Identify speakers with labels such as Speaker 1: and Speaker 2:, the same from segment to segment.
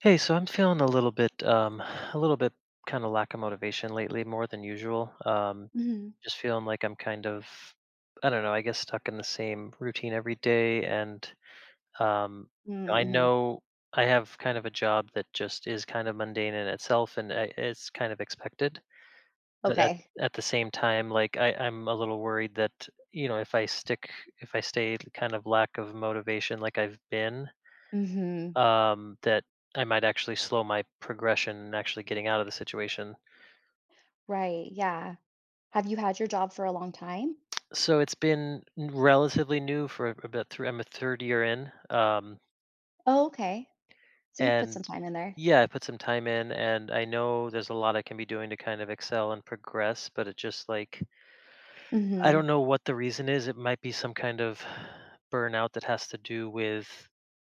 Speaker 1: Hey, so I'm feeling a little bit kind of lack of motivation lately, more than usual.
Speaker 2: Mhm.
Speaker 1: Just feeling like I'm kind of, I don't know, I guess stuck in the same routine every day. And um,
Speaker 2: Mm,
Speaker 1: I
Speaker 2: mhm.
Speaker 1: know I have kind of a job that just is kind of mundane in itself, and it's kind of expected. But at
Speaker 2: Okay.
Speaker 1: at the same time, like I'm a little worried that if I stay kind of lack of motivation, like I've been
Speaker 2: Mhm.
Speaker 1: that I might actually slow my progression and actually getting out of the situation.
Speaker 2: Right, yeah. Have you had your job for a long time?
Speaker 1: So it's been relatively new for about 3. I'm a third year in,
Speaker 2: Oh, okay. So you've put
Speaker 1: and
Speaker 2: some time in there.
Speaker 1: yeah, I put some time in, and I know there's a lot I can be doing to kind of excel and progress. But it just, like, I
Speaker 2: Mhm.
Speaker 1: don't know what the reason is. It might be some kind of burnout that has to do with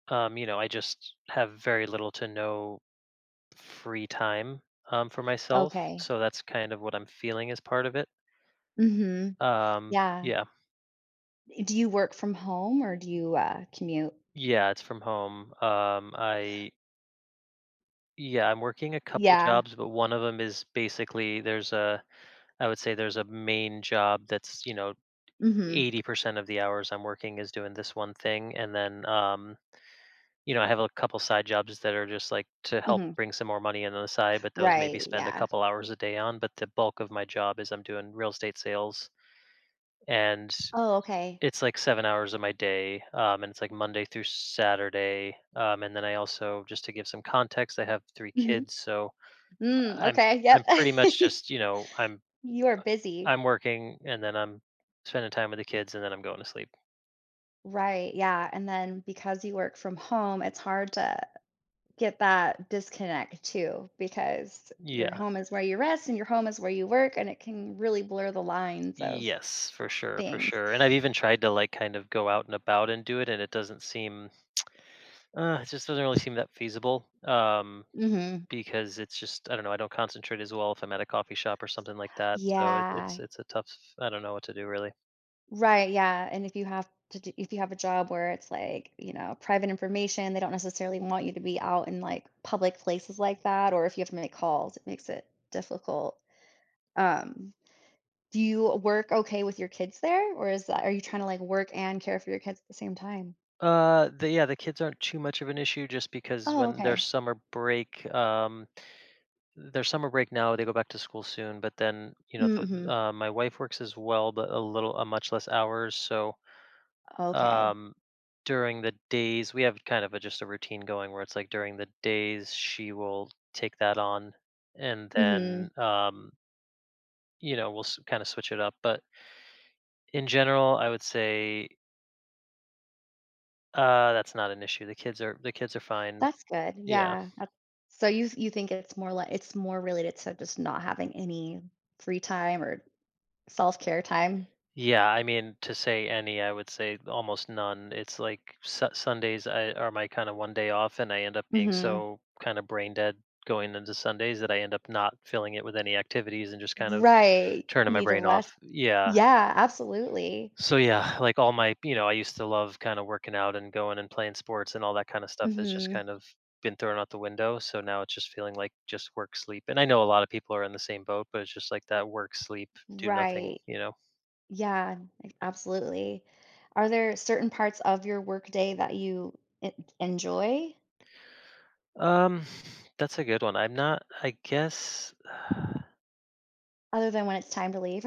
Speaker 1: I just have very little to no free time for myself.
Speaker 2: Okay.
Speaker 1: So that's kind of what I'm feeling as part of it.
Speaker 2: Mhm. Yeah.
Speaker 1: Yeah.
Speaker 2: Do you work from home or do you, commute?
Speaker 1: Yeah, it's from home. I Yeah, I'm working a couple
Speaker 2: Yeah.
Speaker 1: jobs, but one of them is basically there's a I would say there's a main job that's,
Speaker 2: Mhm.
Speaker 1: 80% of the hours I'm working is doing this one thing, and then I have a couple side jobs that are just like to help
Speaker 2: Mhm.
Speaker 1: bring some more money in on the side, but those maybe
Speaker 2: Right,
Speaker 1: spend a
Speaker 2: yeah.
Speaker 1: couple hours a day on. But the bulk of my job is I'm doing real estate sales, and
Speaker 2: Oh, okay.
Speaker 1: it's like 7 hours of my day, and it's, like, Monday through Saturday, and then I also, just to give some context, I have 3
Speaker 2: Mhm.
Speaker 1: kids. So
Speaker 2: Mm,
Speaker 1: I'm
Speaker 2: okay, yep.
Speaker 1: I'm pretty much just, you know, I'm
Speaker 2: You are busy.
Speaker 1: I'm working, and then I'm spending time with the kids, and then I'm going to sleep.
Speaker 2: Right, yeah, and then because you work from home, it's hard to get that disconnect too because your
Speaker 1: Yeah.
Speaker 2: home is where you rest and your home is where you work and it can really blur the lines of
Speaker 1: Yes, for
Speaker 2: things.
Speaker 1: sure, and I've even tried to, like, kind of go out and about and do it, and it just doesn't really seem that feasible,
Speaker 2: Mhm.
Speaker 1: because it's just, I don't know, I don't concentrate as well if I'm at a coffee shop or something like that. So it it's
Speaker 2: Yeah.
Speaker 1: it's a tough. I don't know what to do, really.
Speaker 2: Right, yeah, and if you have to do if you have a job where it's like, you know, private information, they don't necessarily want you to be out in, like, public places like that, or if you have to make calls, it makes it difficult. Um, do you work okay with your kids there, or is that are you trying to, like, work and care for your kids at the same time?
Speaker 1: Yeah, the kids aren't too much of an issue, just because
Speaker 2: Oh,
Speaker 1: when
Speaker 2: okay.
Speaker 1: their summer break now, they go back to school soon. But then,
Speaker 2: Mm, mhm.
Speaker 1: my wife works as well, but much less hours. So,
Speaker 2: Okay.
Speaker 1: um, during the days, we have kind of just a routine going where it's like during the days she will take that on, and then,
Speaker 2: Mhm.
Speaker 1: we'll kind of switch it up. But in general, I would say, that's not an issue. The kids are fine.
Speaker 2: That's good.
Speaker 1: Yeah.
Speaker 2: Yeah. That So you think it's more like it's more related to just not having any free time or self-care time?
Speaker 1: Yeah, I mean, to say any, I would say almost none. It's like Sundays are my kind of one day off, and I end up being
Speaker 2: Mhm.
Speaker 1: so kind of brain dead going into Sundays that I end up not filling it with any activities and just kind of
Speaker 2: Right.
Speaker 1: turning
Speaker 2: You
Speaker 1: my
Speaker 2: need to
Speaker 1: brain
Speaker 2: rest.
Speaker 1: off. Yeah.
Speaker 2: Yeah, absolutely.
Speaker 1: So, yeah, like all my, you know, I used to love kind of working out and going and playing sports, and all that kind of stuff has just
Speaker 2: Mhm.
Speaker 1: kind of been thrown out the window. So now it's just feeling like just work, sleep. And I know a lot of people are in the same boat, but it's just like that work, sleep, do nothing,
Speaker 2: Right.
Speaker 1: you know?
Speaker 2: Yeah, like, absolutely. Are there certain parts of your workday that you en enjoy
Speaker 1: Um, that's a good one. I'm not, I guess,
Speaker 2: other than when it's time to leave?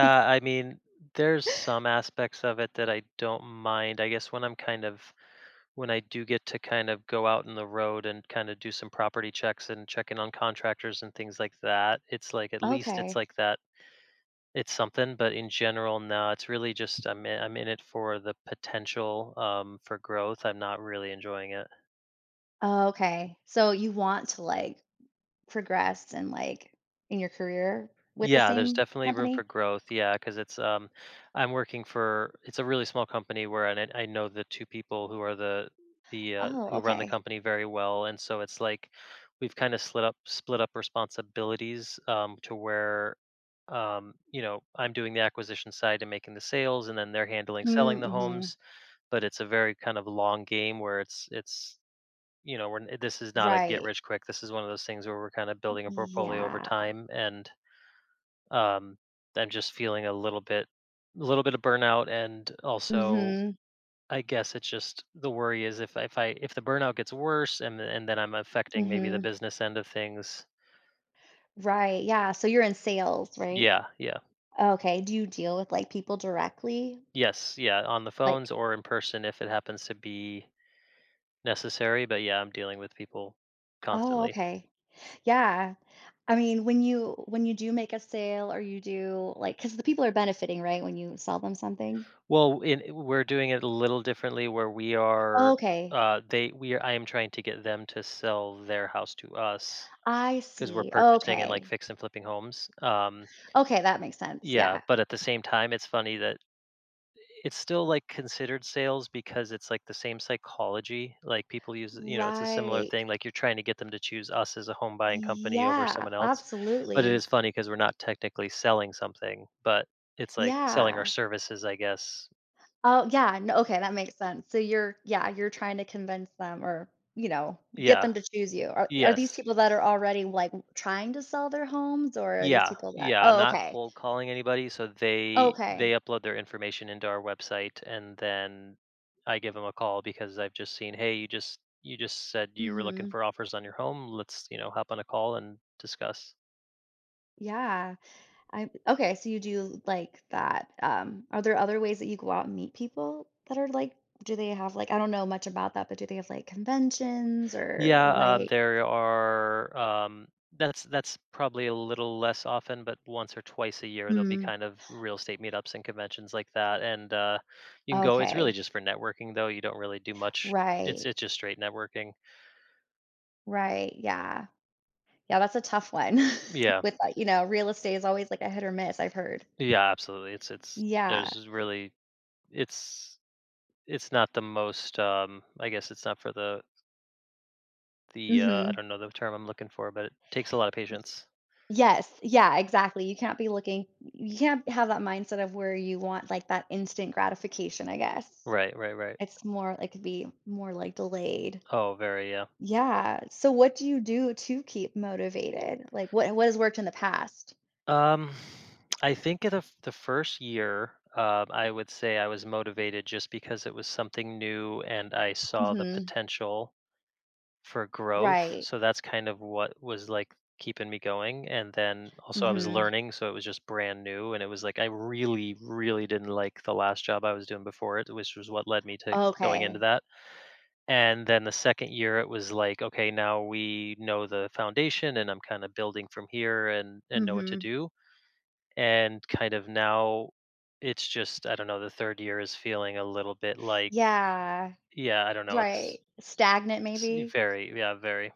Speaker 1: I mean, there's some aspects of it that I don't mind. I guess when I do get to kind of go out in the road and kind of do some property checks and check in on contractors and things like that, it's like at least it's
Speaker 2: Okay.
Speaker 1: like that, it's something. But in general, no, it's really just I'm in it for the potential for growth. I'm not really enjoying it.
Speaker 2: Okay. So you want to, like, progressed and, like, in your career with the
Speaker 1: Yeah, there's
Speaker 2: same
Speaker 1: definitely room for
Speaker 2: company?
Speaker 1: growth. Yeah, because it's, I'm working for, it's a really small company where I know the two people who are the
Speaker 2: Oh,
Speaker 1: who run the
Speaker 2: okay.
Speaker 1: company very well. And so it's like we've kind of split up responsibilities, to where, I'm doing the acquisition side and making the sales, and then they're handling selling
Speaker 2: Mm,
Speaker 1: the
Speaker 2: mhm.
Speaker 1: homes. But it's a very kind of long game where it's this is not a get
Speaker 2: Right.
Speaker 1: rich quick. This is one of those things where we're kind of building a portfolio over
Speaker 2: Yeah.
Speaker 1: time, and um, I'm just feeling a little bit of burnout, and also
Speaker 2: Mhm,
Speaker 1: I guess it's just the worry is if the burnout gets worse, and then I'm affecting maybe the
Speaker 2: mhm.
Speaker 1: business end of things.
Speaker 2: Right, yeah, so you're in sales, right?
Speaker 1: Yeah, yeah,
Speaker 2: Okay, do you deal with, like, people directly?
Speaker 1: yes, yeah, on the phones
Speaker 2: Like
Speaker 1: or in person if it happens to be necessary. But yeah, I'm dealing with people
Speaker 2: oh,
Speaker 1: constantly.
Speaker 2: okay. Yeah. I mean, when you do make a sale or you do like, because the people are benefiting, right, when you sell them something?
Speaker 1: Well, we're doing it a little differently where we are.
Speaker 2: Okay.
Speaker 1: I am trying to get them to sell their house to us.
Speaker 2: I
Speaker 1: 'Cause we're
Speaker 2: see.
Speaker 1: purchasing and, like,
Speaker 2: Okay.
Speaker 1: fix and flipping homes,
Speaker 2: Okay, that makes sense,
Speaker 1: yeah,
Speaker 2: yeah.
Speaker 1: but at the same time, it's funny that it's still, like, considered sales because it's, like, the same psychology, like, people use you know, it's a similar
Speaker 2: Right.
Speaker 1: thing, like, you're trying to get them to choose us as a home buying company over
Speaker 2: Yeah,
Speaker 1: someone else. But it is
Speaker 2: absolutely.
Speaker 1: funny because funny 'cause we're not technically selling something, but it's, like, selling our
Speaker 2: Yeah.
Speaker 1: services, I guess.
Speaker 2: Oh, yeah, no, okay, that makes sense. So you're yeah, you're trying to convince them or, you know, get
Speaker 1: Yeah.
Speaker 2: them to choose you. Are these
Speaker 1: Yes.
Speaker 2: people that are already, like, trying to sell their homes, or are these
Speaker 1: Yeah,
Speaker 2: people that
Speaker 1: yeah, I'm
Speaker 2: Oh,
Speaker 1: not
Speaker 2: okay.
Speaker 1: cold calling anybody, so they
Speaker 2: Okay.
Speaker 1: upload their information into our website, and then I give them a call because I've just seen, "Hey, you just said you were looking
Speaker 2: Mhm.
Speaker 1: for offers on your home. Let's, hop on a call and discuss."
Speaker 2: Yeah. I Okay, so you do like that. Are there other ways that you go out and meet people that are, like do they have, I don't know much about that, but do they have, like, conventions or,
Speaker 1: Yeah, there are that's probably a little less often, but once or twice a year there'll be
Speaker 2: Mm,
Speaker 1: kind of real estate meetups and conventions like that. And you can go, it's really
Speaker 2: okay.
Speaker 1: just for networking, though. You don't really do much. It's
Speaker 2: Right.
Speaker 1: it's just straight networking.
Speaker 2: Right, yeah. Yeah, that's a tough one
Speaker 1: Yeah.
Speaker 2: with, you know, real estate is always like a hit or miss, I've heard.
Speaker 1: Yeah, absolutely.
Speaker 2: Yeah.
Speaker 1: It's it's not the most, I guess it's not for the, I
Speaker 2: Mhm.
Speaker 1: don't know the term I'm looking for. But it takes a lot of patience.
Speaker 2: Yes, yeah, exactly. You can't have that mindset of where you want, like, that instant gratification, I guess.
Speaker 1: Right, right, right.
Speaker 2: It could be more, like, delayed.
Speaker 1: Oh, very, yeah.
Speaker 2: Yeah, so what do you do to keep motivated? Like, what has worked in the past?
Speaker 1: Um I think the first year, I would say I was motivated just because it was something new, and I saw the
Speaker 2: Mhm.
Speaker 1: potential for growth,
Speaker 2: Right.
Speaker 1: so that's kind of what was, like, keeping me going. And then also I was
Speaker 2: Mhm.
Speaker 1: learning, so it was just brand new, and it was, like, I really, really didn't like the last job I was doing before it, which was what led me to going into
Speaker 2: Okay.
Speaker 1: that. And then the 2nd year, it was like, "Okay, now we know the foundation, and I'm kinda building from here, and know what to
Speaker 2: Mhm.
Speaker 1: do." And kind of now it's just, I don't know, the 3rd year is feeling a little bit like,
Speaker 2: Yeah.
Speaker 1: yeah, I don't know, it's
Speaker 2: Right. Stagnant
Speaker 1: s
Speaker 2: maybe?
Speaker 1: very, yeah, very.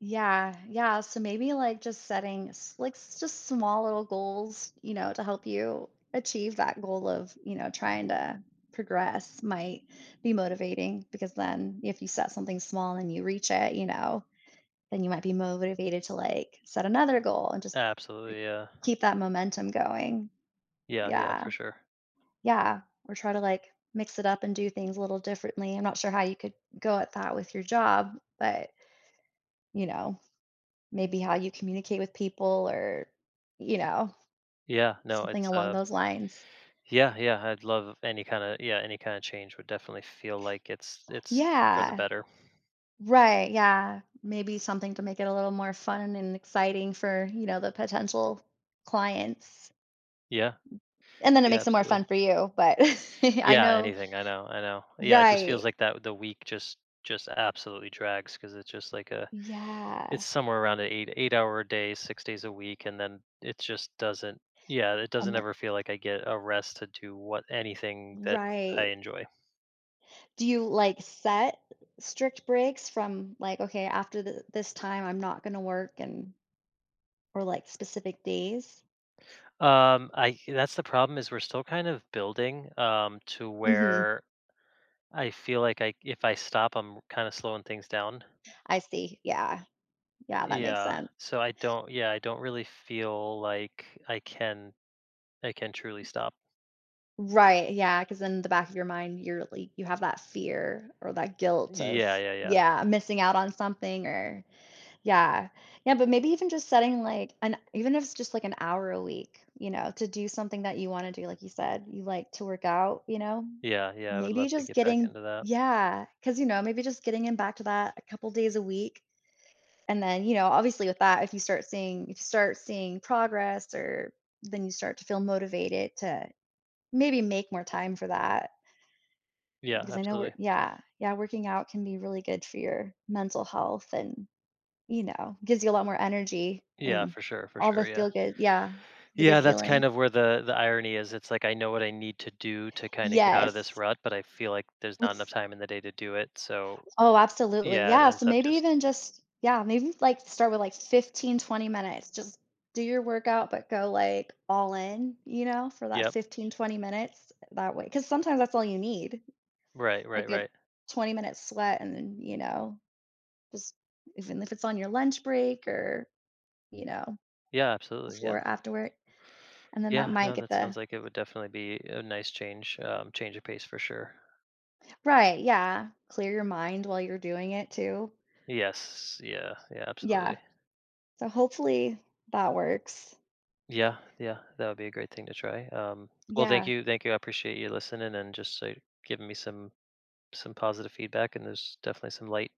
Speaker 2: Yeah, yeah. So maybe like just setting s- like s- just small little goals, you know, to help you achieve that goal of, you know, trying to progress might be motivating because then if you set something small and you reach it, you know, then you might be motivated to like set another goal and just like,
Speaker 1: Absolutely, yeah.
Speaker 2: keep that momentum going.
Speaker 1: Yeah, yeah,
Speaker 2: Yeah.
Speaker 1: for sure.
Speaker 2: Yeah. Or try to like mix it up and do things a little differently. I'm not sure how you could go at that with your job, but you know, maybe how you communicate with people or, you know,
Speaker 1: Yeah, no,
Speaker 2: something
Speaker 1: it's
Speaker 2: along those lines.
Speaker 1: yeah, yeah, I'd love any kind of, yeah, any kind of change would definitely feel like it's for the
Speaker 2: Yeah.
Speaker 1: better.
Speaker 2: Right, yeah. Maybe something to make it a little more fun and exciting for, you know, the potential clients.
Speaker 1: Yeah.
Speaker 2: And then it
Speaker 1: Yeah,
Speaker 2: makes it more
Speaker 1: absolutely.
Speaker 2: fun for you, but I
Speaker 1: Yeah,
Speaker 2: know
Speaker 1: anything. I know. I know. Yeah, it just
Speaker 2: Right.
Speaker 1: feels like that the week just absolutely drags because it's just like a it's
Speaker 2: Yeah.
Speaker 1: somewhere around an 8 hour day, 6 days a week. And then it just doesn't, yeah, it
Speaker 2: And
Speaker 1: doesn't
Speaker 2: then
Speaker 1: ever feel like I get a rest to do what anything that I
Speaker 2: Right.
Speaker 1: enjoy.
Speaker 2: Do you, like, set strict breaks from, like, "Okay, after th this time, I'm not gonna work," and or, like, specific days?
Speaker 1: I That's the problem is we're still kind of building to
Speaker 2: Mhm.
Speaker 1: where I feel like I if I stop, I'm kind of slowing things down.
Speaker 2: I see, yeah. Yeah, that makes
Speaker 1: Yeah.
Speaker 2: sense.
Speaker 1: So I don't, yeah, I don't really feel like I can truly stop.
Speaker 2: Right, yeah, because in the back of your mind, you have that fear or that guilt of,
Speaker 1: Yeah, yeah, yeah.
Speaker 2: yeah, missing out on something or yeah. Yeah, but maybe even just setting like an even if it's just like an hour a week, you know, to do something that you wanna do, like you said, you like to work out, you know?
Speaker 1: Yeah, yeah, I would
Speaker 2: Maybe
Speaker 1: love to
Speaker 2: just
Speaker 1: get back
Speaker 2: getting
Speaker 1: into that.
Speaker 2: Yeah, because you know, maybe just getting in back to that a couple days a week. And then, you know, obviously with that, if you start seeing progress or then you start to feel motivated to maybe make more time for that
Speaker 1: Yeah,
Speaker 2: because I know
Speaker 1: absolutely.
Speaker 2: we're yeah, yeah, working out can be really good for your mental health and, you know, gives you a lot more energy
Speaker 1: Yeah,
Speaker 2: and
Speaker 1: for
Speaker 2: all
Speaker 1: sure,
Speaker 2: the
Speaker 1: yeah.
Speaker 2: feel good yeah, the
Speaker 1: Yeah,
Speaker 2: good
Speaker 1: that's
Speaker 2: feeling.
Speaker 1: kind of where the irony is. It's like I know what I need to do to kind of get out of this
Speaker 2: Yes,
Speaker 1: rut, but I feel like there's not enough
Speaker 2: it's
Speaker 1: time in the day to do it. So,
Speaker 2: oh, absolutely,
Speaker 1: yeah, it
Speaker 2: yeah,
Speaker 1: ends
Speaker 2: so
Speaker 1: up
Speaker 2: maybe
Speaker 1: just,
Speaker 2: even just yeah, maybe, like, start with, like, 15-20 minutes, just do your workout, but go, like, all in, you know, for that
Speaker 1: yep.
Speaker 2: 15-20 minutes that way because sometimes that's all you need,
Speaker 1: Right,
Speaker 2: a
Speaker 1: right,
Speaker 2: good
Speaker 1: right.
Speaker 2: 20-minute-minute sweat and then, you know, just even if it's on your lunch break or, you know,
Speaker 1: Yeah, absolutely.
Speaker 2: before,
Speaker 1: Yeah.
Speaker 2: after work, and then that
Speaker 1: Yeah,
Speaker 2: might
Speaker 1: no,
Speaker 2: get
Speaker 1: that sounds
Speaker 2: the
Speaker 1: like it would definitely be a nice change of pace for sure.
Speaker 2: Right, yeah. Clear your mind while you're doing it too.
Speaker 1: Yes, yeah, yeah,
Speaker 2: Yeah,
Speaker 1: absolutely.
Speaker 2: so hopefully that works.
Speaker 1: Yeah, yeah, that would be a great thing to try. Well, thank
Speaker 2: Yeah,
Speaker 1: you, thank you. I appreciate you listening and just giving me some positive feedback. And there's definitely some light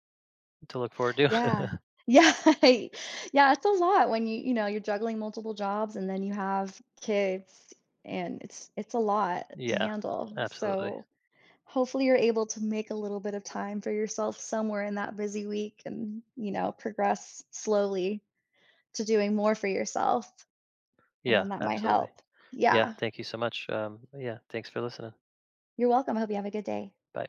Speaker 1: to look forward
Speaker 2: yeah.
Speaker 1: to.
Speaker 2: Yeah, yeah, it's a lot when you know, you're juggling multiple jobs and then you have kids, and it's a lot to
Speaker 1: Yeah,
Speaker 2: handle,
Speaker 1: absolutely.
Speaker 2: so hopefully you're able to make a little bit of time for yourself somewhere in that busy week and, you know, progress slowly. To doing more for yourself, and
Speaker 1: Yeah,
Speaker 2: then that might
Speaker 1: absolutely.
Speaker 2: help.
Speaker 1: Yeah,
Speaker 2: Yeah.
Speaker 1: thank you so much. Yeah, thanks for listening.
Speaker 2: You're welcome. I hope you have a good day.
Speaker 1: Bye.